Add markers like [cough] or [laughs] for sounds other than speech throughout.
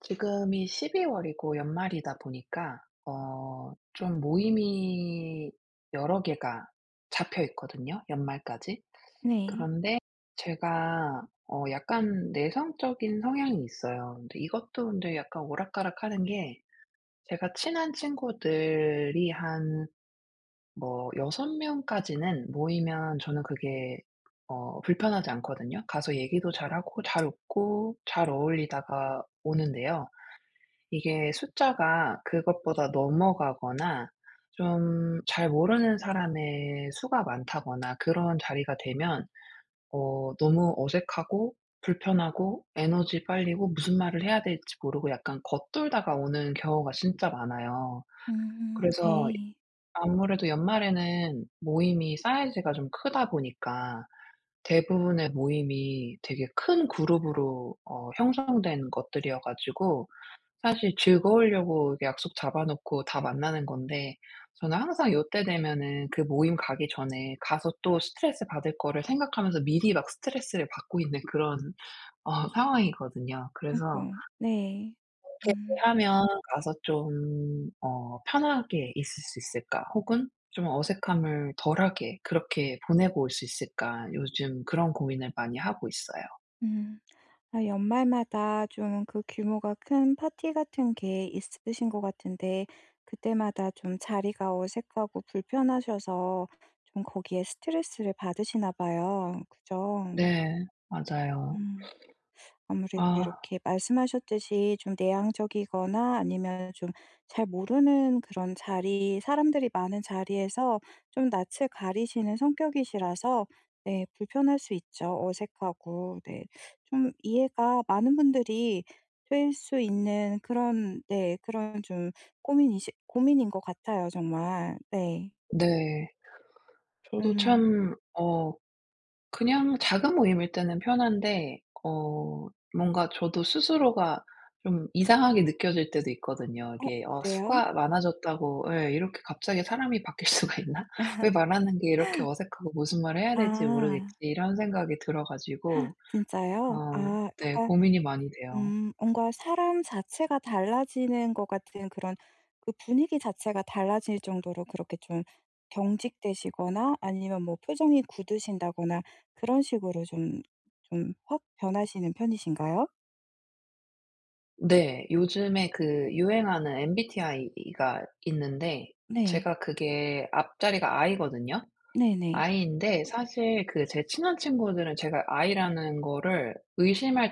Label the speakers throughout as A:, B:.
A: 지금이 12월이고 연말이다 보니까 좀 모임이 여러 개가 잡혀 있거든요, 연말까지.
B: 네.
A: 그런데 제가 약간 내성적인 성향이 있어요. 근데 이것도 근데 약간 오락가락하는 게, 제가 친한 친구들이 한 뭐 6 명까지는 모이면 저는 그게 불편하지 않거든요. 가서 얘기도 잘하고 잘 웃고 잘 어울리다가 오는데요. 이게 숫자가 그것보다 넘어가거나 좀 잘 모르는 사람의 수가 많다거나 그런 자리가 되면 너무 어색하고 불편하고 에너지 빨리고 무슨 말을 해야 될지 모르고 약간 겉돌다가 오는 경우가 진짜 많아요. 그래서
B: 네.
A: 아무래도 연말에는 모임이 사이즈가 좀 크다 보니까, 대부분의 모임이 되게 큰 그룹으로 형성된 것들이어 가지고, 사실 즐거우려고 이렇게 약속 잡아 놓고 다 만나는 건데 저는 항상 요때 되면은 그 모임 가기 전에 가서 또 스트레스 받을 거를 생각하면서 미리 막 스트레스를 받고 있는, 그런 상황이거든요. 그래서
B: 아이고. 네.
A: '어떻게
B: 음
A: 하면 가서 좀 편하게 있을 수 있을까?' 혹은 '좀 어색함을 덜하게 그렇게 보내고 올 수 있을까?' 요즘 그런 고민을 많이 하고 있어요.
B: 음. 아, 연말마다 좀 그 규모가 큰 파티 같은 게 있으신 것 같은데 그때마다 좀 자리가 어색하고 불편하셔서 좀 거기에 스트레스를 받으시나 봐요. 그죠?
A: 네. 맞아요.
B: 음. 아무래도
A: 아,
B: 이렇게 말씀하셨듯이 좀 내향적이거나 아니면 좀 잘 모르는 그런 자리 사람들이 많은 자리에서 좀 낯을 가리시는 성격이시라서 네 불편할 수 있죠. 어색하고 네. 좀 이해가 많은 분들이 될 수 있는 그런 네 그런 좀 고민이시 고민인 것 같아요 정말. 네.
A: 네. 저도
B: 음.
A: 참어 그냥 작은 모임일 때는 편한데, 뭔가 저도 스스로가 좀 이상하게 느껴질 때도 있거든요.
B: 어
A: 이게 '어
B: 그래요?
A: 수가 많아졌다고' 예, '이렇게 갑자기 사람이 바뀔 수가 있나? [laughs] 왜 말하는 게 이렇게 어색하고 무슨 말을 해야 될지
B: 아.
A: 모르겠지.' 이런 생각이 들어
B: [gasps]
A: 가지고
B: 진짜요?
A: 어
B: 아.
A: 네,
B: 아까
A: 고민이 많이 돼요.
B: 뭔가 사람 자체가 달라지는 것 같은 그런 그 분위기 자체가 달라질 정도로 그렇게 좀 경직되시거나 아니면 뭐 표정이 굳으신다거나 그런 식으로 좀 좀 확 변하시는 편이신가요?
A: 네. 요즘에 그 유행하는 MBTI가 있는데,
B: 네.
A: 제가 그게 앞자리가 I거든요.
B: 네네.
A: 아이인데, 사실 그 제 친한 친구들은 제가 아이라는 거를 의심할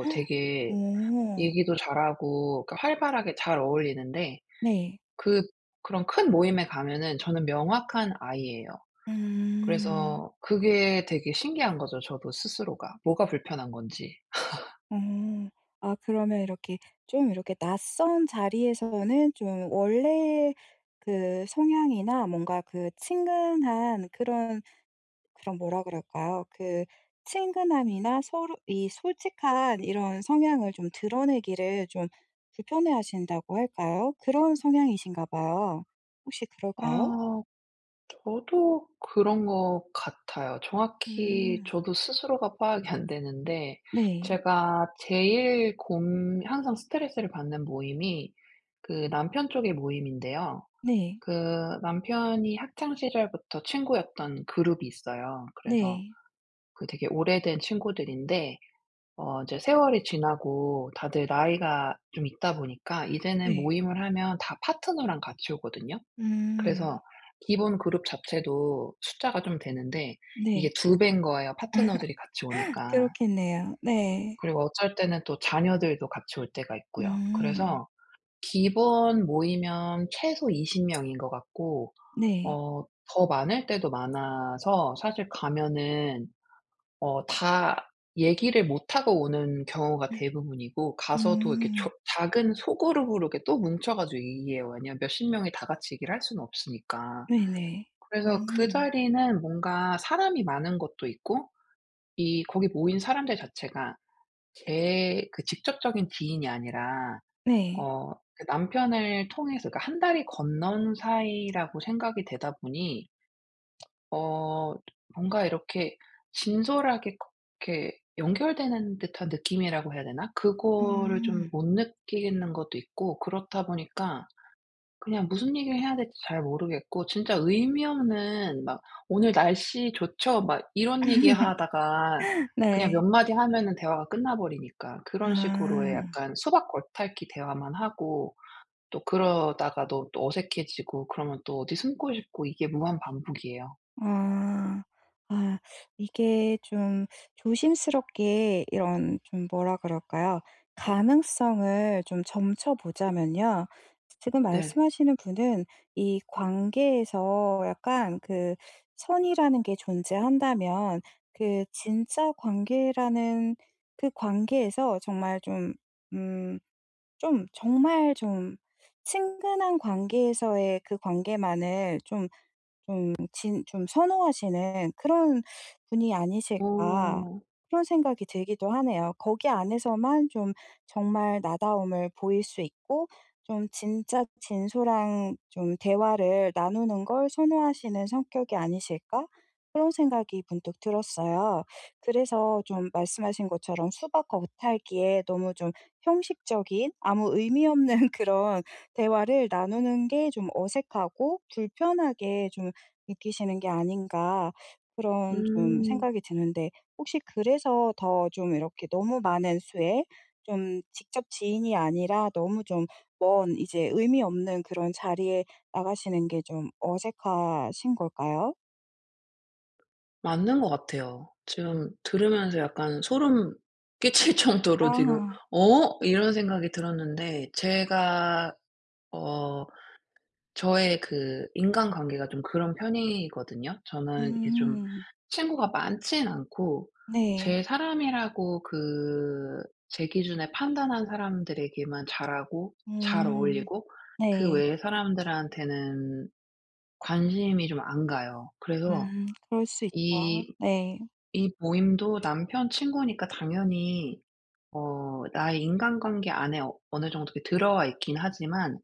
B: [gasps] 헉,
A: 되게
B: 오.
A: 얘기도 잘하고, 그러니까 활발하게 잘 어울리는데,
B: 네.
A: 그 그런 큰 모임에 가면은 저는 명확한 아이예요.
B: 음.
A: 그래서 그게 되게 신기한 거죠, 저도 스스로가. 뭐가 불편한 건지.
B: 어. 아 그러면 이렇게 좀 이렇게 낯선 자리에서는 좀 원래 그 성향이나 뭔가 그 친근한 그런 그럼 뭐라 그럴까요? 그 친근함이나 서로 이 솔직한 이런 성향을 좀 드러내기를 좀 불편해하신다고 할까요? 그런 성향이신가 봐요. 혹시 그럴까요?
A: 아, 저도 그런 것 같아요. 정확히
B: 음.
A: 저도 스스로가 파악이 안 되는데,
B: 네.
A: 제가 제일 곰 항상 스트레스를 받는 모임이 그 남편 쪽의 모임인데요.
B: 네.
A: 그 남편이 학창 시절부터 친구였던 그룹이 있어요. 그래서
B: 네.
A: 그 되게 오래된 친구들인데, 이제 세월이 지나고 다들 나이가 좀 있다 보니까 이제는
B: 네.
A: 모임을 하면 다 파트너랑 같이 오거든요.
B: 음.
A: 그래서 기본 그룹 자체도 숫자가 좀 되는데,
B: 네.
A: 이게 두 배인 거예요, 파트너들이 같이 오니까.
B: 그렇겠네요. 네.
A: 그리고 어쩔 때는 또 자녀들도 같이 올 때가 있고요.
B: 음.
A: 그래서 기본 모이면 최소 20 명인 것 같고,
B: 네.
A: 어 더 많을 때도 많아서 사실 가면은 다 얘기를 못하고 오는 경우가 대부분이고, 가서도 이렇게 조
B: 음.
A: 작은 소그룹으로 이렇게 또 뭉쳐 가지고 얘기해요. 왜냐면 몇십 명이 다 같이 얘기를 할 수는 없으니까.
B: 네네.
A: 그래서 그
B: 음.
A: 자리는 뭔가 사람이 많은 것도 있고, 이 거기 모인 사람들 자체가 제 그 직접적인 지인이 아니라
B: 네.
A: 그 남편을 통해서, 그러니까 한 달이 건넌 사이라고 생각이 되다 보니, 어 뭔가 이렇게 진솔하게 이렇게 연결되는 듯한 느낌이라고 해야 되나? 그거를
B: 음.
A: 좀 못 느끼는 것도 있고, 그렇다 보니까 그냥 무슨 얘기를 해야 될지 잘 모르겠고 진짜 의미 없는 막 "오늘 날씨 좋죠?" 막 이런
B: [laughs]
A: 얘기하다가 그냥 몇
B: 네.
A: 마디 하면은 대화가 끝나버리니까, 그런 식으로의
B: 아.
A: 약간 수박 겉핥기 대화만 하고, 또 그러다가 도 또 어색해지고 그러면 또 어디 숨고 싶고, 이게 무한 반복이에요.
B: 아. 아 이게 좀 조심스럽게 이런 좀 뭐라 그럴까요? 가능성을 좀 점쳐 보자면요. 지금
A: 네.
B: 말씀하시는 분은 이 관계에서 약간 그 선이라는 게 존재한다면 그 진짜 관계라는 그 관계에서 정말 좀 음 좀 정말 좀 친근한 관계에서의 그 관계만을 좀 좀 진 좀 선호하시는 그런 분이 아니실까
A: 어.
B: 그런 생각이 들기도 하네요. 거기 안에서만 좀 정말 나다움을 보일 수 있고 좀 진짜 진솔한 좀 대화를 나누는 걸 선호하시는 성격이 아니실까 그런 생각이 문득 들었어요. 그래서 좀 말씀하신 것처럼 수박 겉핥기에 너무 좀 형식적인 아무 의미 없는 [laughs] 그런 대화를 나누는 게 좀 어색하고 불편하게 좀 느끼시는 게 아닌가 그런 좀
A: 음.
B: 생각이 드는데 혹시 그래서 더 좀 이렇게 너무 많은 수의 좀 직접 지인이 아니라 너무 좀 먼 이제 의미 없는 그런 자리에 나가시는 게 좀 어색하신 걸까요?
A: 맞는 것 같아요. 지금 들으면서 약간 소름 끼칠 [laughs] 정도로 지금
B: 아.
A: '어?' 이런 생각이 들었는데, 제가 어 저의 그 인간관계가 좀 그런 편이거든요. 저는 이게 좀
B: 음.
A: 친구가 많진 않고,
B: 네.
A: 제 사람이라고 그 제 기준에 판단한 사람들에게만 잘하고 잘
B: 음.
A: 어울리고, 그
B: 네.
A: 외의 사람들한테는 관심이 좀 안 가요. 그래서
B: 음. 그럴 수 있죠.
A: 이
B: 네.
A: 이 모임도 남편 친구니까 당연히 나의 인간관계 안에 어느 정도 이렇게 들어와 있긴 하지만,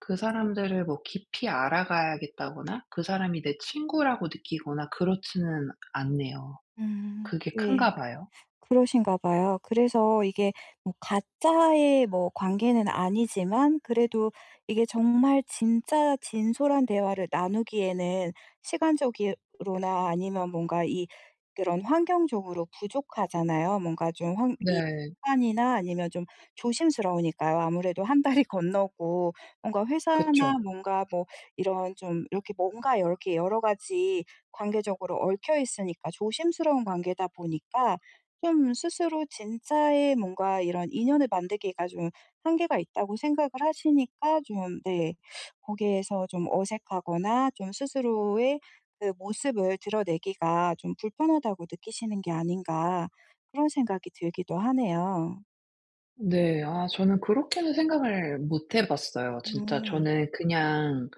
A: 그 사람들을 뭐 깊이 알아가야겠다거나 그 사람이 내 친구라고 느끼거나 그렇지는 않네요.
B: 음.
A: 그게
B: 네.
A: 큰가 봐요.
B: 그러신가 봐요. 그래서 이게 뭐 가짜의 뭐 관계는 아니지만 그래도 이게 정말 진짜 진솔한 대화를 나누기에는 시간적으로나 아니면 뭔가 이 그런 환경적으로 부족하잖아요. 뭔가 좀 환 이
A: 네.
B: 시간이나 아니면 좀 조심스러우니까요. 아무래도 한 다리 [laughs] 건너고 뭔가 회사나
A: 그쵸.
B: 뭔가 뭐 이런 좀 이렇게 뭔가 이렇게 여러 가지 관계적으로 얽혀 있으니까 조심스러운 관계다 보니까 좀 스스로 진짜의 뭔가 이런 인연을 만들기가 좀 한계가 있다고 생각을 하시니까 좀 네. 거기에서 좀 어색하거나 좀 스스로의 그 모습을 드러내기가 좀 불편하다고 느끼시는 게 아닌가 그런 생각이 들기도 하네요.
A: 네. 아, 저는 그렇게는 생각을 못해 봤어요. 진짜
B: 음.
A: 저는 그냥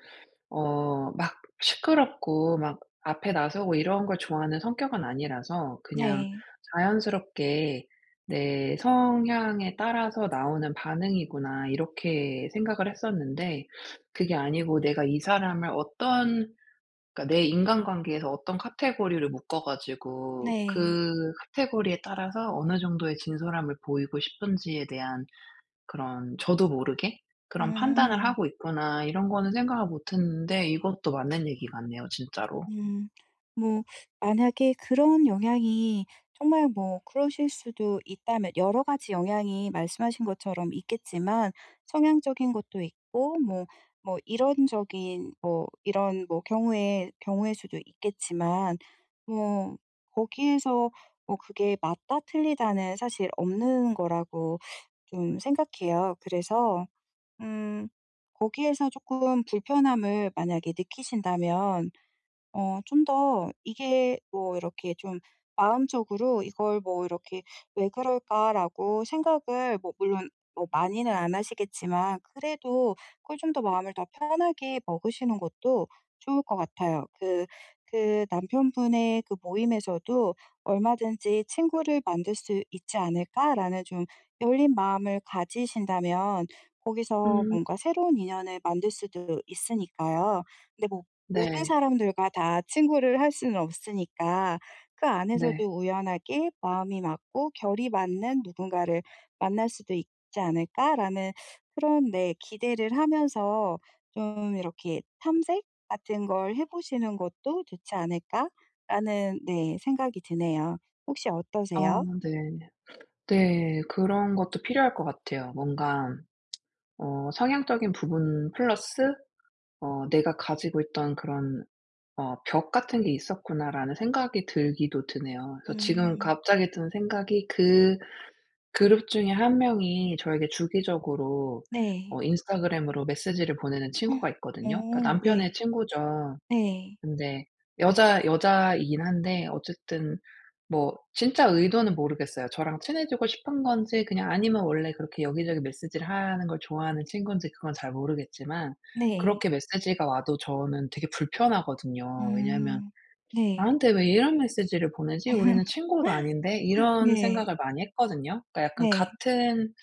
A: 막 시끄럽고 막 앞에 나서고 이런 걸 좋아하는 성격은 아니라서, 그냥
B: 네.
A: 자연스럽게 '내 성향에 따라서 나오는 반응이구나.' 이렇게 생각을 했었는데, 그게 아니고 내가 이 사람을 어떤, 그러니까 내 인간관계에서 어떤 카테고리를 묶어 가지고
B: 네.
A: 그 카테고리에 따라서 어느 정도의 진솔함을 보이고 싶은지에 대한 그런, 저도 모르게 그런 '판단을
B: 음.
A: 하고 있구나.' 이런 거는 생각을 못 했는데, 이것도 맞는 얘기 같네요, 진짜로.
B: 음. 뭐 만약에 그런 영향이 정말 뭐 그러실 수도 있다면 여러 가지 영향이 말씀하신 것처럼 있겠지만 성향적인 것도 있고 뭐 뭐 이런적인 뭐 이런 뭐 경우에 경우일 수도 있겠지만 뭐 거기에서 뭐 그게 맞다 틀리다는 사실 없는 거라고 좀 생각해요. 그래서 음 거기에서 조금 불편함을 만약에 느끼신다면 어 좀 더 이게 뭐 이렇게 좀 마음적으로 이걸 뭐 이렇게 '왜 그럴까?'라고 생각을 뭐 물론 뭐 많이는 안 하시겠지만 그래도 그걸 좀 더 마음을 더 편하게 먹으시는 것도 좋을 것 같아요. 그 그 남편분의 그 모임에서도 '얼마든지 친구를 만들 수 있지 않을까?'라는 좀 열린 마음을 가지신다면 거기서
A: 음.
B: 뭔가 새로운 인연을 만들 수도 있으니까요. 근데 뭐 모든
A: 네.
B: 사람들과 다 친구를 할 수는 없으니까 그 안에서도
A: 네.
B: 우연하게 마음이 맞고 결이 맞는 누군가를 만날 수도 있지 않을까라는 그런 네 기대를 하면서 좀 이렇게 '탐색 같은 걸 해 보시는 것도 좋지 않을까.'라는 네 생각이 드네요. 혹시
A: 아,
B: 어떠세요?
A: 네. 네. 그런 것도 필요할 것 같아요. 뭔가 성향적인 부분 플러스 '내가 가지고 있던 그런 벽 같은 게 있었구나.'라는 생각이 들기도 드네요. 그래서 지금
B: 음.
A: 갑자기 든 생각이, 그 그룹 중에 한 명이 저에게 주기적으로
B: 네.
A: 인스타그램으로 메시지를 보내는 친구가
B: 어
A: 있거든요. 그러니까 남편의
B: 네.
A: 친구죠.
B: 네.
A: 근데 여자 여자이긴 한데 어쨌든 뭐 진짜 의도는 모르겠어요. 저랑 친해지고 싶은 건지, 그냥 아니면 원래 그렇게 여기저기 메시지를 하는 걸 좋아하는 친군지, 그건 잘 모르겠지만,
B: 네.
A: 그렇게 메시지가 와도 저는 되게 불편하거든요. 왜냐하면
B: 음. 네.
A: '나한테 왜 이런 메시지를 보내지? 우리는
B: [laughs]
A: 친구도 아닌데?' 이런
B: 네.
A: 생각을 많이 했거든요. 그러니까 약간
B: 네.
A: 같은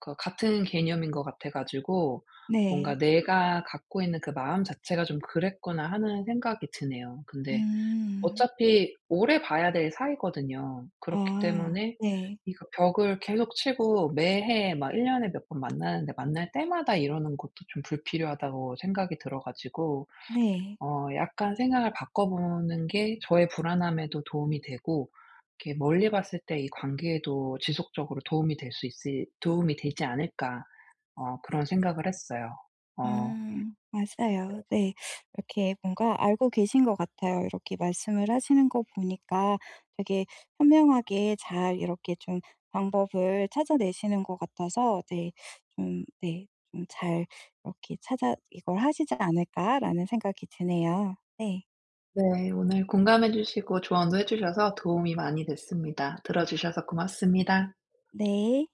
A: 그 같은 개념인 것 같아 가지고, 뭔가
B: 네.
A: '내가 갖고 있는 그 마음 자체가 좀 그랬구나.' 하는 생각이 드네요. 근데
B: 음.
A: 어차피 오래 봐야 될 사이거든요. 그렇기
B: 아.
A: 때문에
B: 네.
A: 이거 벽을 계속 치고 매해 막 1 년에 몇 번 만나는데 만날 때마다 이러는 것도 좀 불필요하다고 생각이 들어 가지고,
B: 네.
A: 약간 생각을 바꿔보는 게 저의 불안함에도 도움이 되고, 이렇게 '멀리 봤을 때 이 관계에도 지속적으로 도움이 될 수 있을 도움이 되지 않을까.' 그런 생각을 했어요. 어
B: 음. 맞아요. 네. 이렇게 뭔가 알고 계신 것 같아요. 이렇게 말씀을 하시는 거 보니까 되게 현명하게 잘 이렇게 좀 방법을 찾아내시는 것 같아서 네 좀 네 좀 잘 이렇게 찾아 이걸 하시지 않을까라는 생각이 드네요. 네.
A: 네, 오늘 공감해 주시고 조언도 해 주셔서 도움이 많이 됐습니다. 들어 주셔서 고맙습니다.
B: 네.